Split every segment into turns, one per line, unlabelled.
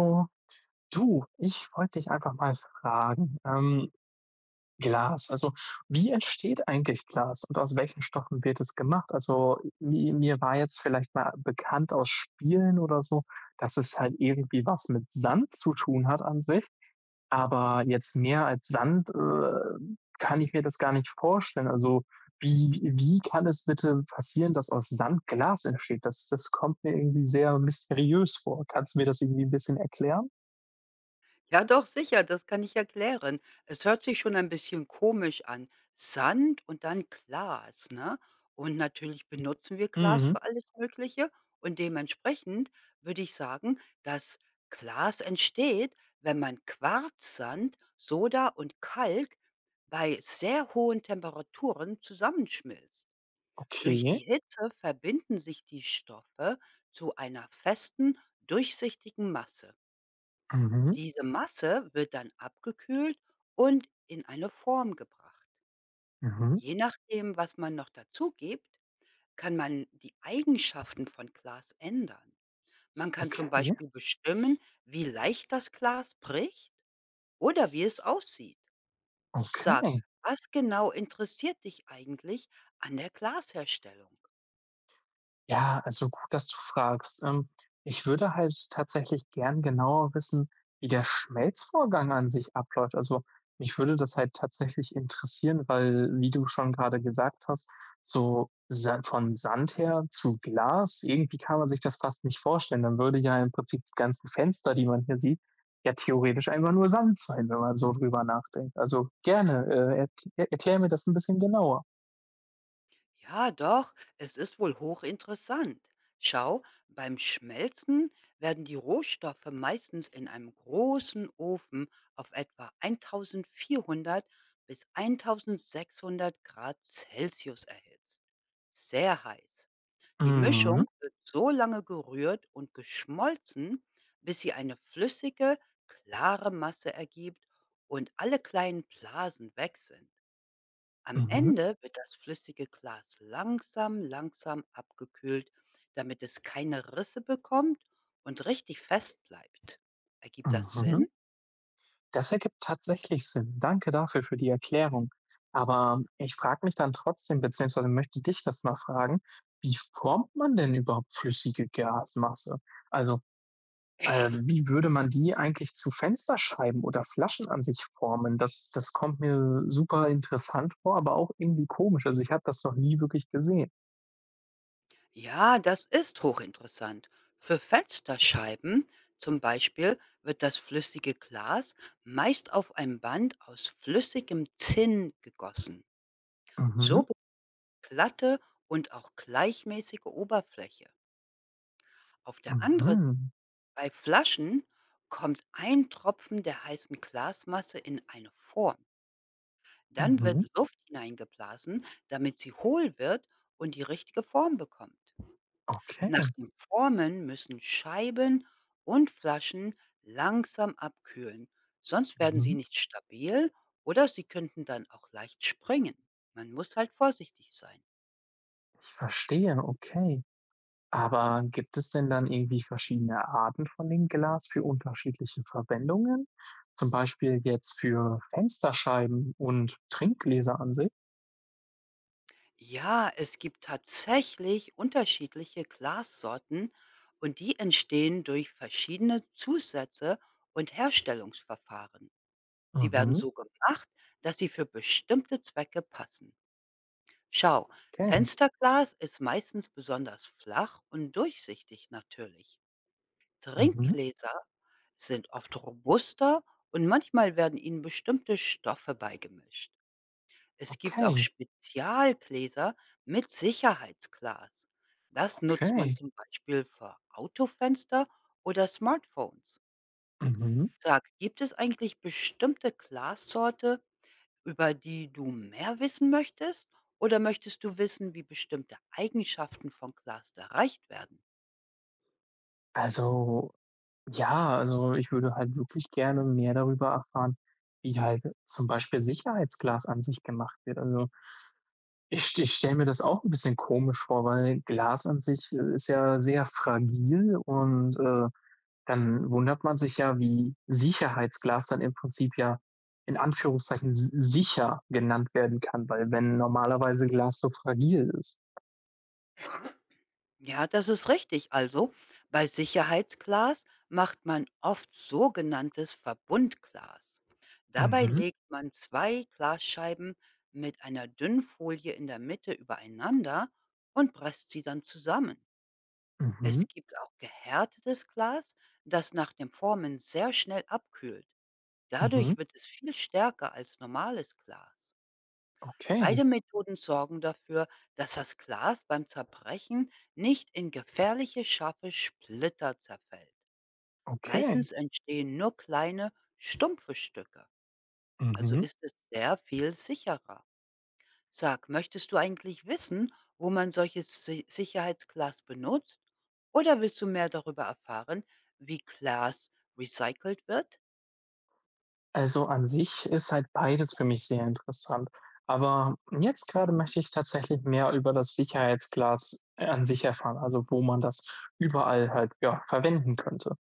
Oh, du, ich wollte dich einfach mal fragen, Glas, also wie entsteht eigentlich Glas und aus welchen Stoffen wird es gemacht? Also mi mir war jetzt vielleicht mal bekannt aus Spielen oder so, dass es halt irgendwie was mit Sand zu tun hat an sich, aber jetzt mehr als Sand, kann ich mir das gar nicht vorstellen. Also wie kann es bitte passieren, dass aus Sand Glas entsteht? Das kommt mir irgendwie sehr mysteriös vor. Kannst du mir das irgendwie ein bisschen erklären?
Ja, doch, sicher, das kann ich erklären. Es hört sich schon ein bisschen komisch an. Sand und dann Glas, ne? Und natürlich benutzen wir Glas
Mhm.
für alles Mögliche und dementsprechend würde ich sagen, dass Glas entsteht, wenn man Quarzsand, Soda und Kalk bei sehr hohen Temperaturen zusammenschmilzt. Durch die
Okay.
Hitze verbinden sich die Stoffe zu einer festen, durchsichtigen Masse.
Mhm.
Diese Masse wird dann abgekühlt und in eine Form gebracht.
Mhm.
Je nachdem, was man noch dazu gibt, kann man die Eigenschaften von Glas ändern. Man kann
Okay,
zum Beispiel bestimmen, wie leicht das Glas bricht oder wie es aussieht. Sag,
okay.
was genau interessiert dich eigentlich an der Glasherstellung?
Ja, also gut, dass du fragst. Ich würde halt tatsächlich gern genauer wissen, wie der Schmelzvorgang an sich abläuft. Also, mich würde das halt tatsächlich interessieren, weil, wie du schon gerade gesagt hast, so Sa von Sand her zu Glas, irgendwie kann man sich das fast nicht vorstellen. Dann würde ja im Prinzip die ganzen Fenster, die man hier sieht, ja theoretisch einfach nur Sand sein, wenn man so drüber nachdenkt. Also, gerne, erkläre mir das ein bisschen genauer.
Ja, doch, es ist wohl hochinteressant. Schau, beim Schmelzen werden die Rohstoffe meistens in einem großen Ofen auf etwa 1400 bis 1600 Grad Celsius erhitzt. Sehr heiß. Die
Mhm,
Mischung wird so lange gerührt und geschmolzen, bis sie eine flüssige, klare Masse ergibt und alle kleinen Blasen weg sind. Am
mhm,
Ende wird das flüssige Glas langsam, langsam abgekühlt, damit es keine Risse bekommt und richtig fest bleibt. Ergibt das
mhm.
Sinn?
Das ergibt tatsächlich Sinn. Danke dafür für die Erklärung. Aber ich frage mich dann trotzdem, beziehungsweise möchte dich das mal fragen, wie formt man denn überhaupt flüssige Gasmasse? Also, wie würde man die eigentlich zu Fensterscheiben oder Flaschen an sich formen? Das, das kommt mir super interessant vor, aber auch irgendwie komisch. Also, ich habe das noch nie wirklich gesehen.
Ja, das ist hochinteressant. Für Fensterscheiben zum Beispiel wird das flüssige Glas meist auf ein Band aus flüssigem Zinn gegossen.
Mhm,
So be- glatte und auch gleichmäßige Oberfläche. Auf der anderen
mhm,
Bei Flaschen kommt ein Tropfen der heißen Glasmasse in eine Form. Dann
mhm.
wird Luft hineingeblasen, damit sie hohl wird und die richtige Form bekommt. Nach
Okay.
dem Formen müssen Scheiben und Flaschen langsam abkühlen, sonst werden sie
Mhm.
nicht stabil oder sie könnten dann auch leicht springen. Man muss halt vorsichtig sein.
Ich verstehe, okay. Aber gibt es denn dann irgendwie verschiedene Arten von dem Glas für unterschiedliche Verwendungen? Zum Beispiel jetzt für Fensterscheiben und Trinkgläser an sich?
Ja, es gibt tatsächlich unterschiedliche Glassorten und die entstehen durch verschiedene Zusätze und Herstellungsverfahren. Sie werden
Mhm.
so gemacht, dass sie für bestimmte Zwecke passen. Schau,
Okay.
Fensterglas ist meistens besonders flach und durchsichtig natürlich.
Mhm.
Trinkgläser sind oft robuster und manchmal werden ihnen bestimmte Stoffe beigemischt. Es gibt auch
Okay.
Spezialgläser mit Sicherheitsglas. Das nutzt man
Okay.
zum Beispiel für Autofenster oder Smartphones.
Mhm.
Sag, gibt es eigentlich bestimmte Glassorte, über die du mehr wissen möchtest? Oder möchtest du wissen, wie bestimmte Eigenschaften von Glas erreicht werden?
Also, ja, also ich würde halt wirklich gerne mehr darüber erfahren, wie halt zum Beispiel Sicherheitsglas an sich gemacht wird. Also ich, ich stelle mir das auch ein bisschen komisch vor, weil Glas an sich ist ja sehr fragil und dann wundert man sich ja, wie Sicherheitsglas dann im Prinzip ja in Anführungszeichen sicher genannt werden kann, weil wenn normalerweise Glas so fragil ist.
Ja, das ist richtig. Also bei Sicherheitsglas macht man oft sogenanntes Verbundglas. Dabei
Mhm,
legt man zwei Glasscheiben mit einer dünnen Folie in der Mitte übereinander und presst sie dann zusammen.
mhm,
Es gibt auch gehärtetes Glas, das nach dem Formen sehr schnell abkühlt.
mhm.
Dadurch wird es viel stärker als normales Glas.
Okay,
Beide Methoden sorgen dafür, dass das Glas beim Zerbrechen nicht in gefährliche scharfe Splitter zerfällt.
okay.
Meistens entstehen nur kleine, stumpfe Stücke, also
Mhm.
ist es sehr viel sicherer. Sag, möchtest du eigentlich wissen, wo man solches Sicherheitsglas benutzt? Oder willst du mehr darüber erfahren, wie Glas recycelt wird?
Also an sich ist halt beides für mich sehr interessant. Aber jetzt gerade möchte ich tatsächlich mehr über das Sicherheitsglas an sich erfahren, also wo man das überall halt ja verwenden könnte.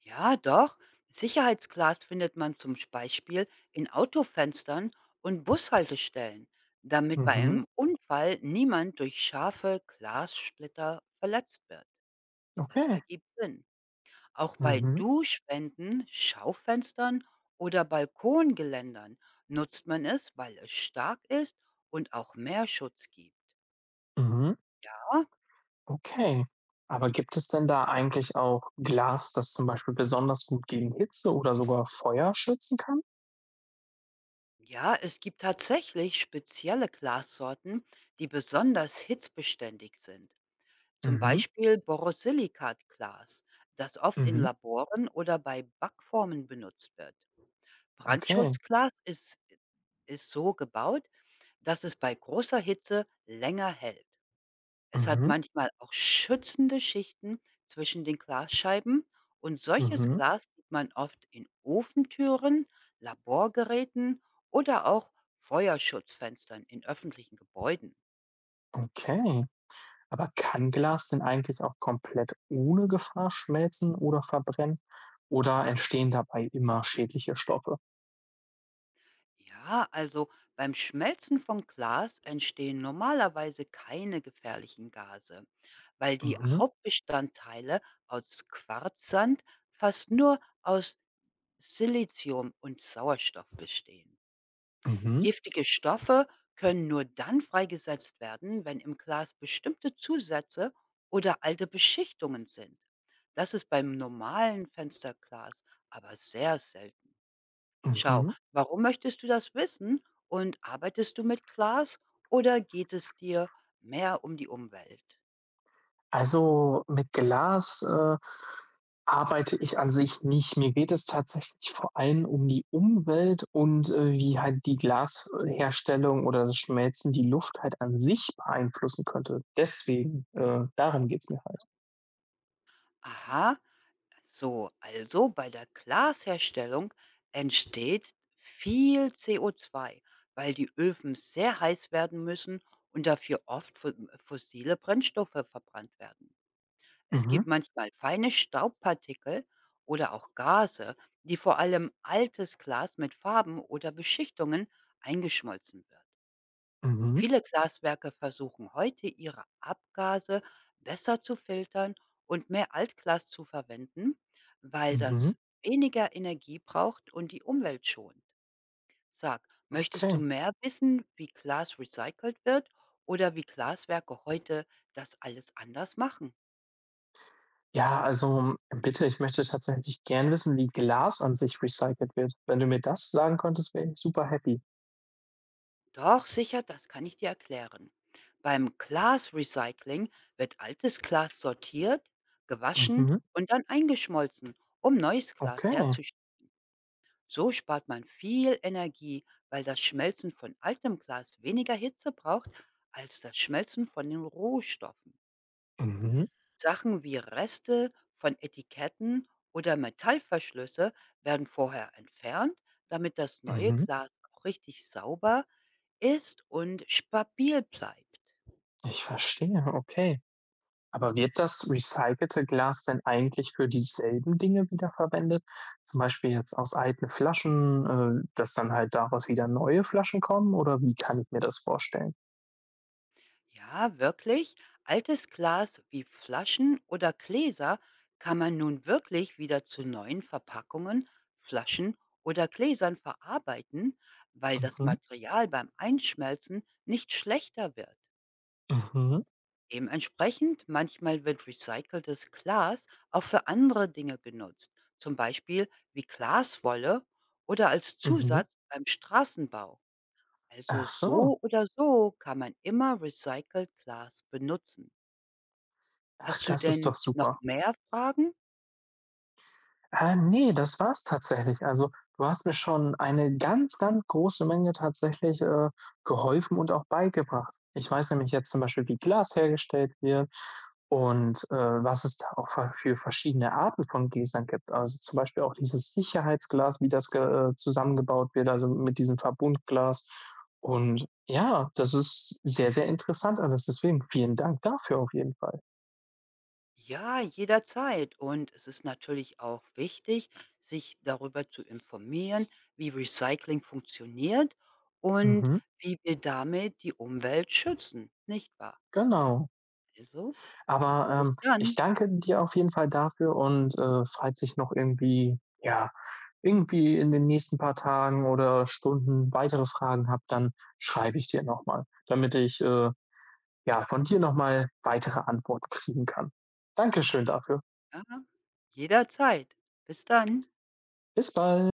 Ja, doch. Sicherheitsglas findet man zum Beispiel in Autofenstern und Bushaltestellen, damit bei
Mhm,
einem Unfall niemand durch scharfe Glassplitter verletzt wird. Das
okay.
ergibt Sinn. Auch bei
Mhm,
Duschwänden, Schaufenstern oder Balkongeländern nutzt man es, weil es stark ist und auch mehr Schutz gibt.
mhm.
Aber
Okay. Aber gibt es denn da eigentlich auch Glas, das zum Beispiel besonders gut gegen Hitze oder sogar Feuer schützen kann?
ja, es gibt tatsächlich spezielle Glassorten, die besonders hitzbeständig sind. Zum
Mhm,
Beispiel Borosilikatglas, das oft in
mhm,
Laboren oder bei Backformen benutzt wird.
okay.
Brandschutzglas ist so gebaut, dass es bei großer Hitze länger hält. Es hat
Mhm,
manchmal auch schützende Schichten zwischen den Glasscheiben und solches
mhm,
Glas sieht man oft in Ofentüren, Laborgeräten oder auch Feuerschutzfenstern in öffentlichen Gebäuden.
okay. Aber kann Glas denn eigentlich auch komplett ohne Gefahr schmelzen oder verbrennen? Oder entstehen dabei immer schädliche Stoffe?
Ja, also beim Schmelzen von Glas entstehen normalerweise keine gefährlichen Gase, weil die
Mhm,
Hauptbestandteile aus Quarzsand fast nur aus Silizium und Sauerstoff bestehen.
mhm,
Giftige Stoffe können nur dann freigesetzt werden, wenn im Glas bestimmte Zusätze oder alte Beschichtungen sind. Das ist beim normalen Fensterglas aber sehr selten. Schau,
mhm.
warum möchtest du das wissen und arbeitest du mit Glas oder geht es dir mehr um die Umwelt?
Also mit Glas arbeite ich an sich nicht. Mir geht es tatsächlich vor allem um die Umwelt und, wie halt die Glasherstellung oder das Schmelzen die Luft halt an sich beeinflussen könnte. Deswegen, darum geht's mir halt.
Aha, so, also bei der Glasherstellung entsteht viel CO2, weil die Öfen sehr heiß werden müssen und dafür oft fossile Brennstoffe verbrannt werden. Es
Mhm,
gibt manchmal feine Staubpartikel oder auch Gase, die vor allem altes Glas mit Farben oder Beschichtungen eingeschmolzen wird.
mhm,
Viele Glaswerke versuchen heute, ihre Abgase besser zu filtern und mehr Altglas zu verwenden, weil
mhm.
das weniger Energie braucht und die Umwelt schont. Sag, möchtest
Okay.
du mehr wissen, wie Glas recycelt wird oder wie Glaswerke heute das alles anders machen?
Ja, also, bitte, ich möchte tatsächlich gern wissen, wie Glas an sich recycelt wird. Wenn du mir das sagen könntest, wäre ich super happy.
Doch, sicher, das kann ich dir erklären. Beim Glasrecycling wird altes Glas sortiert, gewaschen
Mhm,
und dann eingeschmolzen, um neues Glas
okay.
herzustellen. So spart man viel Energie, weil das Schmelzen von altem Glas weniger Hitze braucht als das Schmelzen von den Rohstoffen.
Mhm,
Sachen wie Reste von Etiketten oder Metallverschlüsse werden vorher entfernt, damit das neue
mhm.
Glas auch richtig sauber ist und stabil bleibt.
Ich verstehe, okay. Aber wird das recycelte Glas denn eigentlich für dieselben Dinge wiederverwendet? Zum Beispiel jetzt aus alten Flaschen, dass dann halt daraus wieder neue Flaschen kommen oder wie kann ich mir das vorstellen?
Ja, wirklich. Altes Glas wie Flaschen oder Gläser kann man nun wirklich wieder zu neuen Verpackungen, Flaschen oder Gläsern verarbeiten, weil das
Mhm,
Material beim Einschmelzen nicht schlechter wird.
mhm,
Dementsprechend manchmal wird recyceltes Glas auch für andere Dinge genutzt, zum Beispiel wie Glaswolle oder als
mhm.
Zusatz beim Straßenbau. Also
Ach so.
so oder so kann man immer recycelt Glas benutzen.
Ach,
Hast du
das ist doch
denn noch
super.
mehr Fragen?
Ne, das war's tatsächlich. Also, du hast mir schon eine ganz, ganz große Menge tatsächlich, geholfen und auch beigebracht. Ich weiß nämlich jetzt zum Beispiel, wie Glas hergestellt wird und was es da auch ver für verschiedene Arten von Gläsern gibt. Also, zum Beispiel auch dieses Sicherheitsglas, wie das ge zusammengebaut wird, also mit diesem Verbundglas. Und ja, das ist sehr, sehr interessant alles. Deswegen vielen Dank dafür auf jeden Fall.
Ja, jederzeit. Und es ist natürlich auch wichtig, sich darüber zu informieren, wie Recycling funktioniert und
Mhm,
wie wir damit die Umwelt schützen, nicht wahr?
genau.
Also,
Aber,
bis
ich
dann.
danke dir auf jeden Fall dafür und, falls ich noch irgendwie ja, irgendwie in den nächsten paar Tagen oder Stunden weitere Fragen habe, dann schreibe ich dir nochmal, damit ich, ja, von dir nochmal weitere Antworten kriegen kann. Dankeschön dafür.
Ja, jederzeit. Bis dann.
Bis bald.